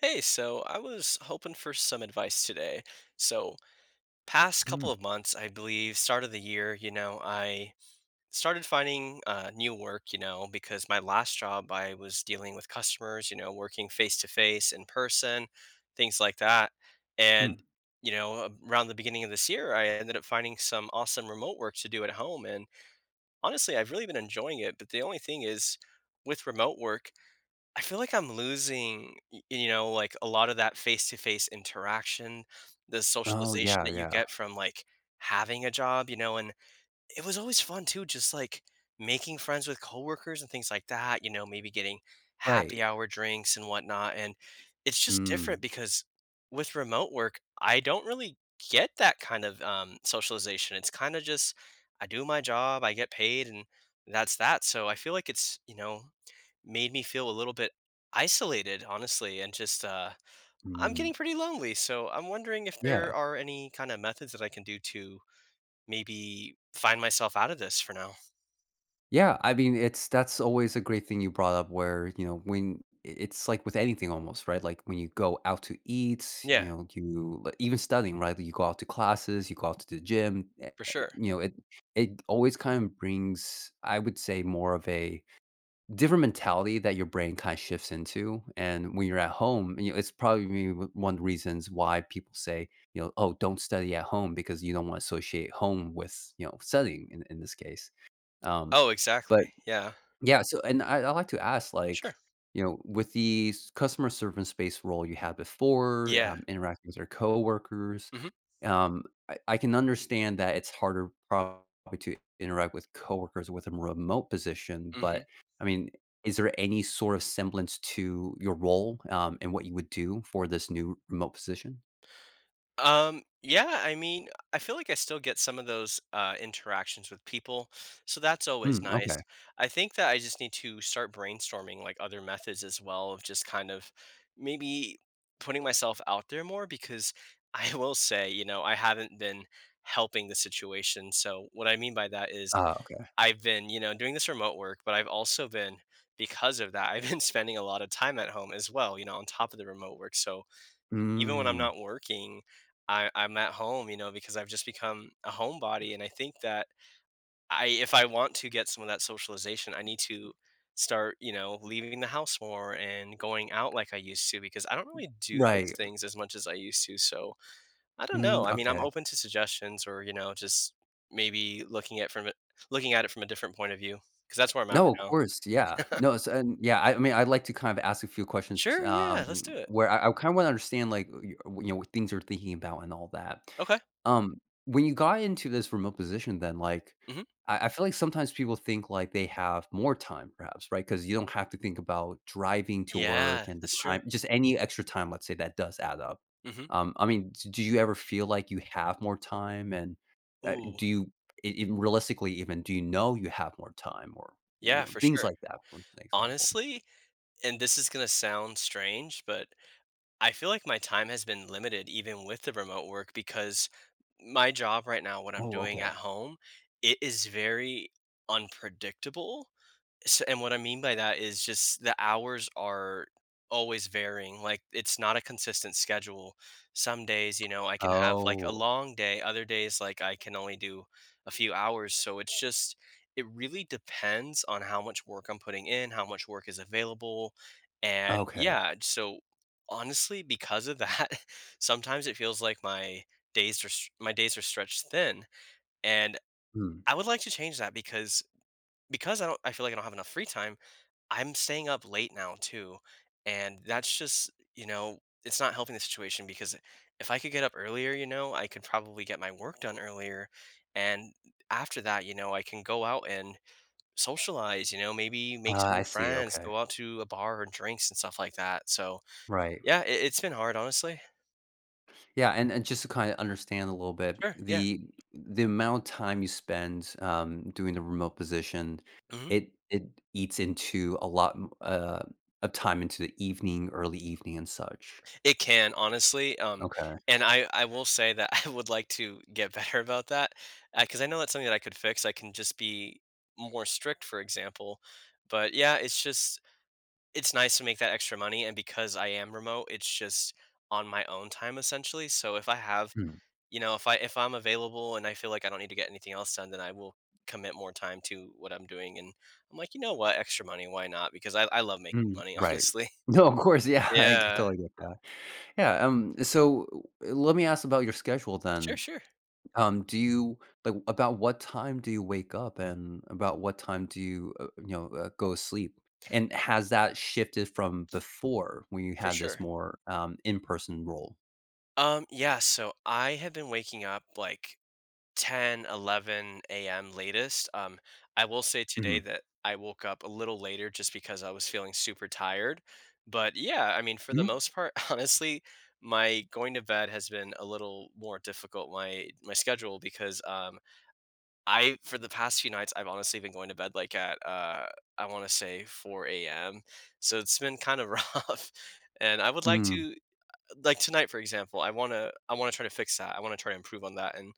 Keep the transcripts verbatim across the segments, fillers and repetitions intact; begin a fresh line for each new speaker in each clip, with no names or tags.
Hey, so I was hoping for some advice today. So, past couple
Mm,
of months, I believe, start of the year, you know, I started finding uh, new work, you know, because my last job, I was dealing with customers, you know, working face to face, in person, things like that.
mm.
And, you know, around the beginning of this year, I ended up finding some awesome remote work to do at home. And honestly, I've really been enjoying it. But the only thing is, with remote work, I feel like I'm losing, y you know, like, a lot of that face-to-face interaction, the
Oh,
socialization
yeah,
that you
yeah.
get from, like, having a job, you know, and it was always fun too, just like making friends with coworkers and things like that, you know, maybe getting
Right.
happy hour drinks and whatnot. And it's just different
Mm,
because with remote work, I don't really get that kind of um, socialization. It's kind of just I do my job, I get paid, and that's that. So I feel like it's, you know, made me feel a little bit isolated, honestly, and just uh, I'm getting
mm.
pretty lonely. So I'm wondering if
Yeah.
there are any kind of methods that I can do to maybe find myself out of this for now.
Yeah, I mean, it's that's always a great thing you brought up where, you know, when I it's like with anything almost, right? Like, when you go out to eat,
Yeah,
you know, you li even studying, right? You go out to classes, you go out to the gym, eh
for
eh,
sure.
you know, it it always kind of brings, I would say, more of a different mentality that your brain kind of shifts into. And when you're at home, you know, it's probably maybe w- one of the reasons why people say, you know, oh, don't study at home because you don't want to associate home with, you know, studying in, in this case. Um,
Oh, exactly.
but
Yeah.
yeah, so and I I like to ask,
Sure.
like, you know, with the s customer service-based role you had before,
Yeah.
um, interacting with your coworkers,
Mhm,
um, I I can understand that it's harder probably to interact with coworkers with a remote position,
mhm.
but, I mean, is there any sort of semblance to your role, um, and what you would do for this new remote position?
Um, yeah, I mean, I feel like I still get some of those, uh, interactions with people, so that's always
Mm,
nice.
okay.
I think that I just need to start brainstorming, like, other methods as well of just kind of maybe putting myself out there more because I will say, you know, I haven't been helping the situation, so what I mean by that is
Ah, okay.
I've been, you know, doing this remote work, but I've also been because of that, I've been spending a lot of time at home as well, you know, on top of the remote work. So even when I'm
Mm.
not working, I, I'm at home, you know, because I've just become a homebody. And I think that I, if I want to get some of that socialization, I need to start, you know, leaving the house more and going out like I used to because I don't really do those
Right.
things as much as I used to. So I don't know.
Mm,
I mean, I'm
okay.
open to suggestions or, you know, just maybe looking at from a looking at it from a different point of view, because that's where I'm at
No, of
right
course, yeah.
now.
No, it's and yeah, I I mean, I'd like to kind of ask a few questions,
Sure, yeah, let's
um,
do it.
where I I kinda wanna understand, like, y you know, what things you're thinking about and all that.
Okay.
Um, when you got into this remote position then, like,
Mhm.
I I feel like sometimes people think, like, they have more time perhaps, right? Because you don't have to think about driving to
Yeah,
work and the
that's true.
time just any extra time, let's say, that does add up.
Mhm.
Um, I mean, d do you ever feel like you have more time? And, uh,
Ooh,
do you e even realistically even, do you know you have more time or,
yeah,
you know,
for
things
sure.
like that was an example?
Honestly, and this is gonna sound strange, but I feel like my time has been limited even with the remote work because my job right now, what I'm
Oh,
doing
okay.
at home, it is very unpredictable. So, and what I mean by that is just the hours are always varying. Like it's not a consistent schedule. Some days, you know, I can have like a
Oh,
long day. Other days, like I can only do a few hours. So it's just, it really depends on how much work I'm putting in, how much work is available. And
okay.
yeah, so honestly, because of that, sometimes it feels like my days are, s- my days are stretched thin. And
Mm.
I would like to change that because because I don't I feel like I don't have enough free time. I'm staying up late now too, and that's just, you know, it's not helping the situation because if I could get up earlier, you know, I could probably get my work done earlier. And after that, you know, I can go out and socialize, you know, maybe make
Ah,
some
I
new
see,
friends,
okay.
go out to a bar or drinks and stuff like that. So,
Right.
yeah, it, it's been hard, honestly.
Yeah, and and just to kind of understand a little bit,
Sure. Yeah.
the the amount of time you spend, um, doing the remote position,
Mhm.
it it eats into a lot, m uh, of time into the evening, early evening and such.
It can, honestly, um,
Okay.
and I I will say that I would like to get better about that, because I know that's something that I could fix, I can just be more strict, for example, but yeah, it's just it's nice to make that extra money, and because I am remote, it's just on my own time, essentially, so if I have
Mm.
you know, if I if I'm available and I feel like I don't need to get anything else done, then I will commit more time to what I'm doing, and I'm like, "You know what? Extra money, why not?" Because I I love making
Mm.
money,
Right.
honestly.
No, of course, yeah, I
Yeah.
totally get that. Yeah, um, so, uh, let me ask about your schedule
Sure,
then.
sure.
Um, do you like about what time do you wake up and about what time do you, uh, you know, uh, go to sleep? And has that shifted from before when you
For
had this
sure.
more um, in-person role?
Um, yeah, so I have been waking up like ten, eleven a m latest. Um, I will say today
Mhm.
that I woke up a little later just because I was feeling super tired. But yeah, I mean, for the
Mhm.
most part, honestly, my going to bed has been a little more difficult, my my schedule, because um I for the past few nights I've honestly been going to bed like at uh I want to say four a m. So it's been kind of rough. And I would like
Mm,
to like tonight, for example, I wanna I wanna try to fix that. I wanna try to improve on that, and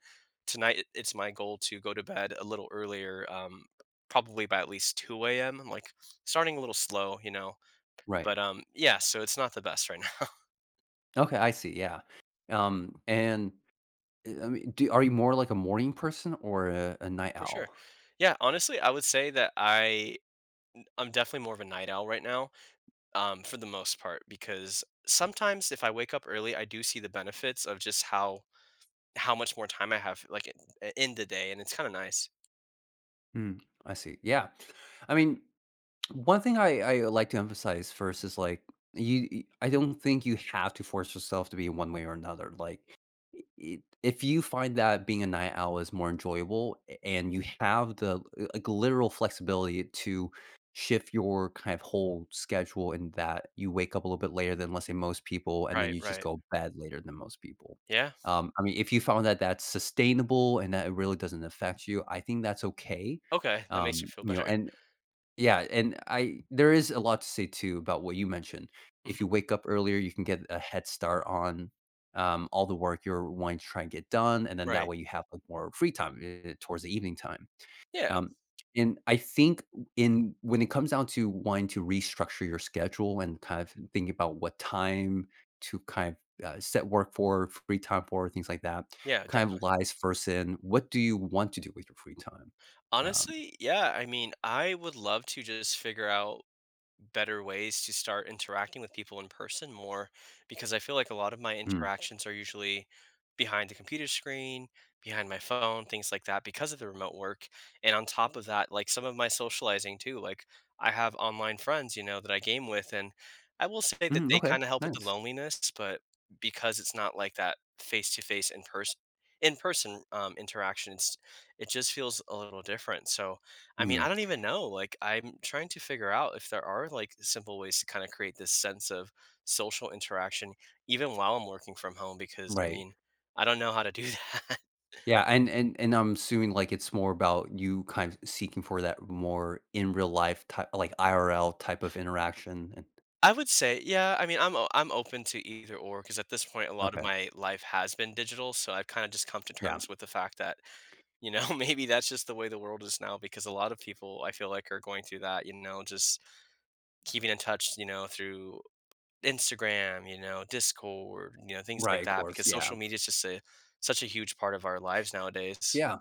tonight it it's my goal to go to bed a little earlier, um, probably by at least two a m. I'm like starting a little slow, you know,
right.
but um, yeah, so it's not the best right now.
Okay, I see. Yeah. Um, and uh, I mean, do, are you more like a morning person or a, a night
For sure.
owl?
Yeah, honestly, I would say that I I'm definitely more of a night owl right now, um, for the most part, because sometimes if I wake up early, I do see the benefits of just how how much more time I have like in, in the day, and it's kind of nice.
Mm, I see. Yeah. I mean, one thing I I like to emphasize first is, like, you y I don't think you have to force yourself to be one way or another, like, I if you find that being a night owl is more enjoyable and you have the, uh, like, literal flexibility to shift your kind of whole schedule in that you wake up a little bit later than, let's say, most people, and then
Right,
you just
right.
go bed later than most people.
Yeah.
Um, I mean, if you found that that's sustainable and that it really doesn't affect you, I think that's okay.
Okay, that makes you
Um,
feel
you
better.
know, and yeah, and I there is a lot to say too about what you mentioned. If
Mhm,
you wake up earlier, you can get a head start on um, all the work you're wanting to try and get done, and then that
right.
way you have like more free time eh, towards the evening time.
Yeah,
Um, and I think in when it comes down to wanting to restructure your schedule and kind of thinking about what time to kind of uh, set work for, free time for, things like that,
yeah,
kind of
definitely.
lies first in what do you want to do with your free time? Um,
Honestly, yeah, I mean, I would love to just figure out better ways to start interacting with people in person more because I feel like a lot of my
mm.
interactions are usually behind the computer screen, behind my phone, things like that because of the remote work. And on top of that, like some of my socializing too, like I have online friends, you know, that I game with and I will say that
Mm,
they
okay,
kind of help with the
nice.
loneliness, but because it's not like that face to face in person in person um, interaction, it's, it just feels a little different. So I mean,
Mm,
I don't even know. Like, I'm trying to figure out if there are like simple ways to kind of create this sense of social interaction, even while I'm working from home, because I
right.
mean, I don't know how to do that.
Yeah, and and and I'm assuming, like, it's more about you kind of seeking for that more in real life type like, I R L type of interaction and
I would say, yeah, I mean, I'm o- I'm open to either or because at this point, a lot of
okay.
my life has been digital, so I've kind of just come to
Yeah.
terms with the fact that you know maybe that's just the way the world is now. Because a lot of people, I feel like, are going through that. You know, just keeping in touch, you know, through Instagram, you know, Discord, you know, things like
Right, of
that
course,
because
yeah.
social media is just a such a huge part of our lives nowadays.
Yeah.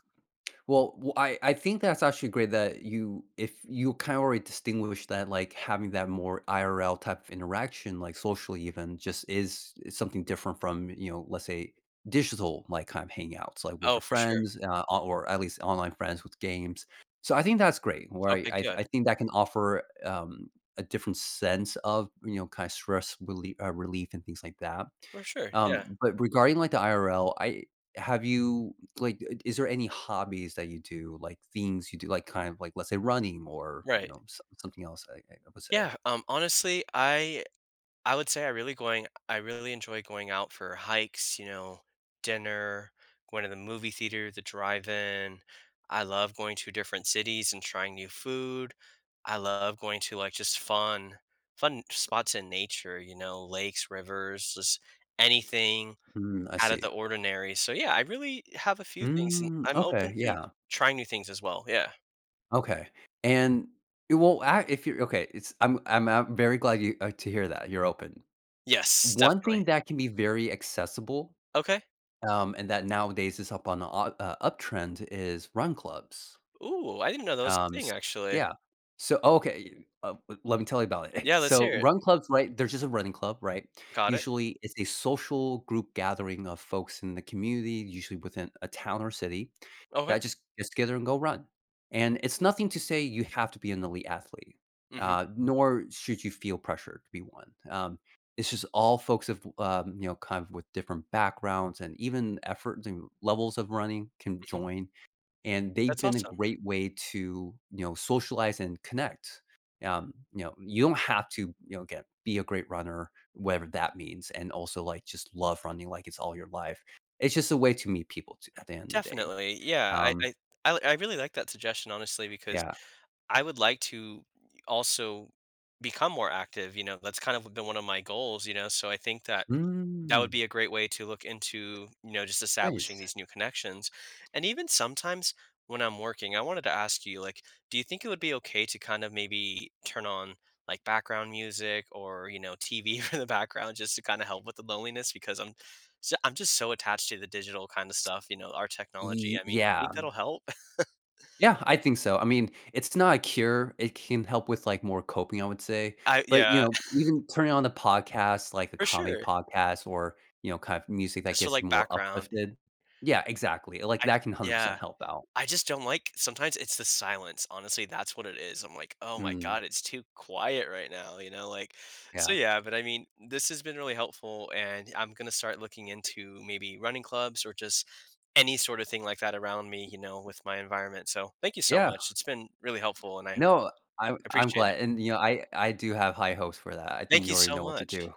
Well, w I I think that's actually great that you if you kind of already distinguish that, like, having that more I R L type of interaction, like, socially even, just is is something different from, you know, let's say, digital, like, kind of hangouts, like, with
Oh,
your
for sure.
friends, uh, o or at least online friends with games. So I think that's great. Where I
Okay,
I I
good.
think that can offer, um, a different sense of, you know, kind of stress relief uh, relief and things like that.
For sure, yeah,
Um, but regarding, like, the I R L, I have you like, I is there any hobbies that you do, like, things you do, like, kind of like, let's say, running or, you
right.
know, some something else, I I would say.
Yeah, um, honestly, I I would say I really going I really enjoy going out for hikes, you know, dinner, going to the movie theater, the drive-in. I love going to different cities and trying new food. I love going to like just fun fun spots in nature, you know, lakes, rivers, just anything
Mm, I
out of the
see.
ordinary. So yeah, I really have a few things and
Mm,
I'm open
okay,
to
yeah,
trying new things as well. Yeah.
okay, and it will a if you're okay, it's I'm I'm I very glad you uh, to hear that you're open.
Yes,
One
definitely.
thing that can be very accessible,
Okay.
um, and that nowadays is up on a o a uptrend is run clubs.
Ooh, I didn't know that was a
Um,
thing
s
actually.
Yeah. So okay, uh, w- let me tell you about it.
Yeah, let's
So
hear it.
run clubs, right, there's just a running club, right?
Got it.
Usually, it's a social group gathering of folks in the community, usually within a town or city,
Okay.
that just gets together and go run. And it's nothing to say you have to be an elite athlete,
Mhm,
uh, nor should you feel pressure to be one. Um, it's just all folks of, um, you know, kind of with different backgrounds and even efforts and levels of running can
mhm.
join, and they've
That's
been a
awesome.
great way to, you know, socialize and connect. Um you know, you don't have to, you know, get be a great runner, whatever that means, and also like just love running like it's all your life. It's just a way to meet people t- at the end of the day.
Definitely, yeah, I
um
I I I really like that suggestion, honestly, because
yeah.
I would like to also become more active, you know, that's kind of been one of my goals, you know, so I think that that would
Mm,
be a great way to look into, you know, just establishing
nice.
these new connections. And even sometimes when I'm working, I wanted to ask you, like, do you think it would be okay to kind of maybe turn on like background music or, you know, T V for the background just to kind of help with the loneliness? Because I'm so, I'm just so attached to the digital kind of stuff, you know, our technology.
Ye-
I mean, you
yeah.
think that'll help?
Yeah, I think so. I mean, it's not a cure. It can help with like more coping, I would say.
I yeah,
But you know, even turning on the podcast, like a
for
comedy
sure.
podcast, or you know, kind of music that
Just for
gets you
like
more
background.
uplifted. Yeah, exactly. Like
I
that can one hundred percent
yeah.
help out.
I just don't like sometimes it's the silence, honestly, that's what it is. I'm like, "Oh my
Mm,
god, it's too quiet right now," you know, like so
yeah,
yeah, but I mean, this has been really helpful, and I'm gonna start looking into maybe running clubs or just any sort of thing like that around me, you know, with my environment, so thank you so
yeah.
much, it's been really helpful, and I
No, I'm I'm
appreciate it.
glad, and you know, I I do have high hopes for that. I think
Thank
you
you
already
so
know what to
much.
do.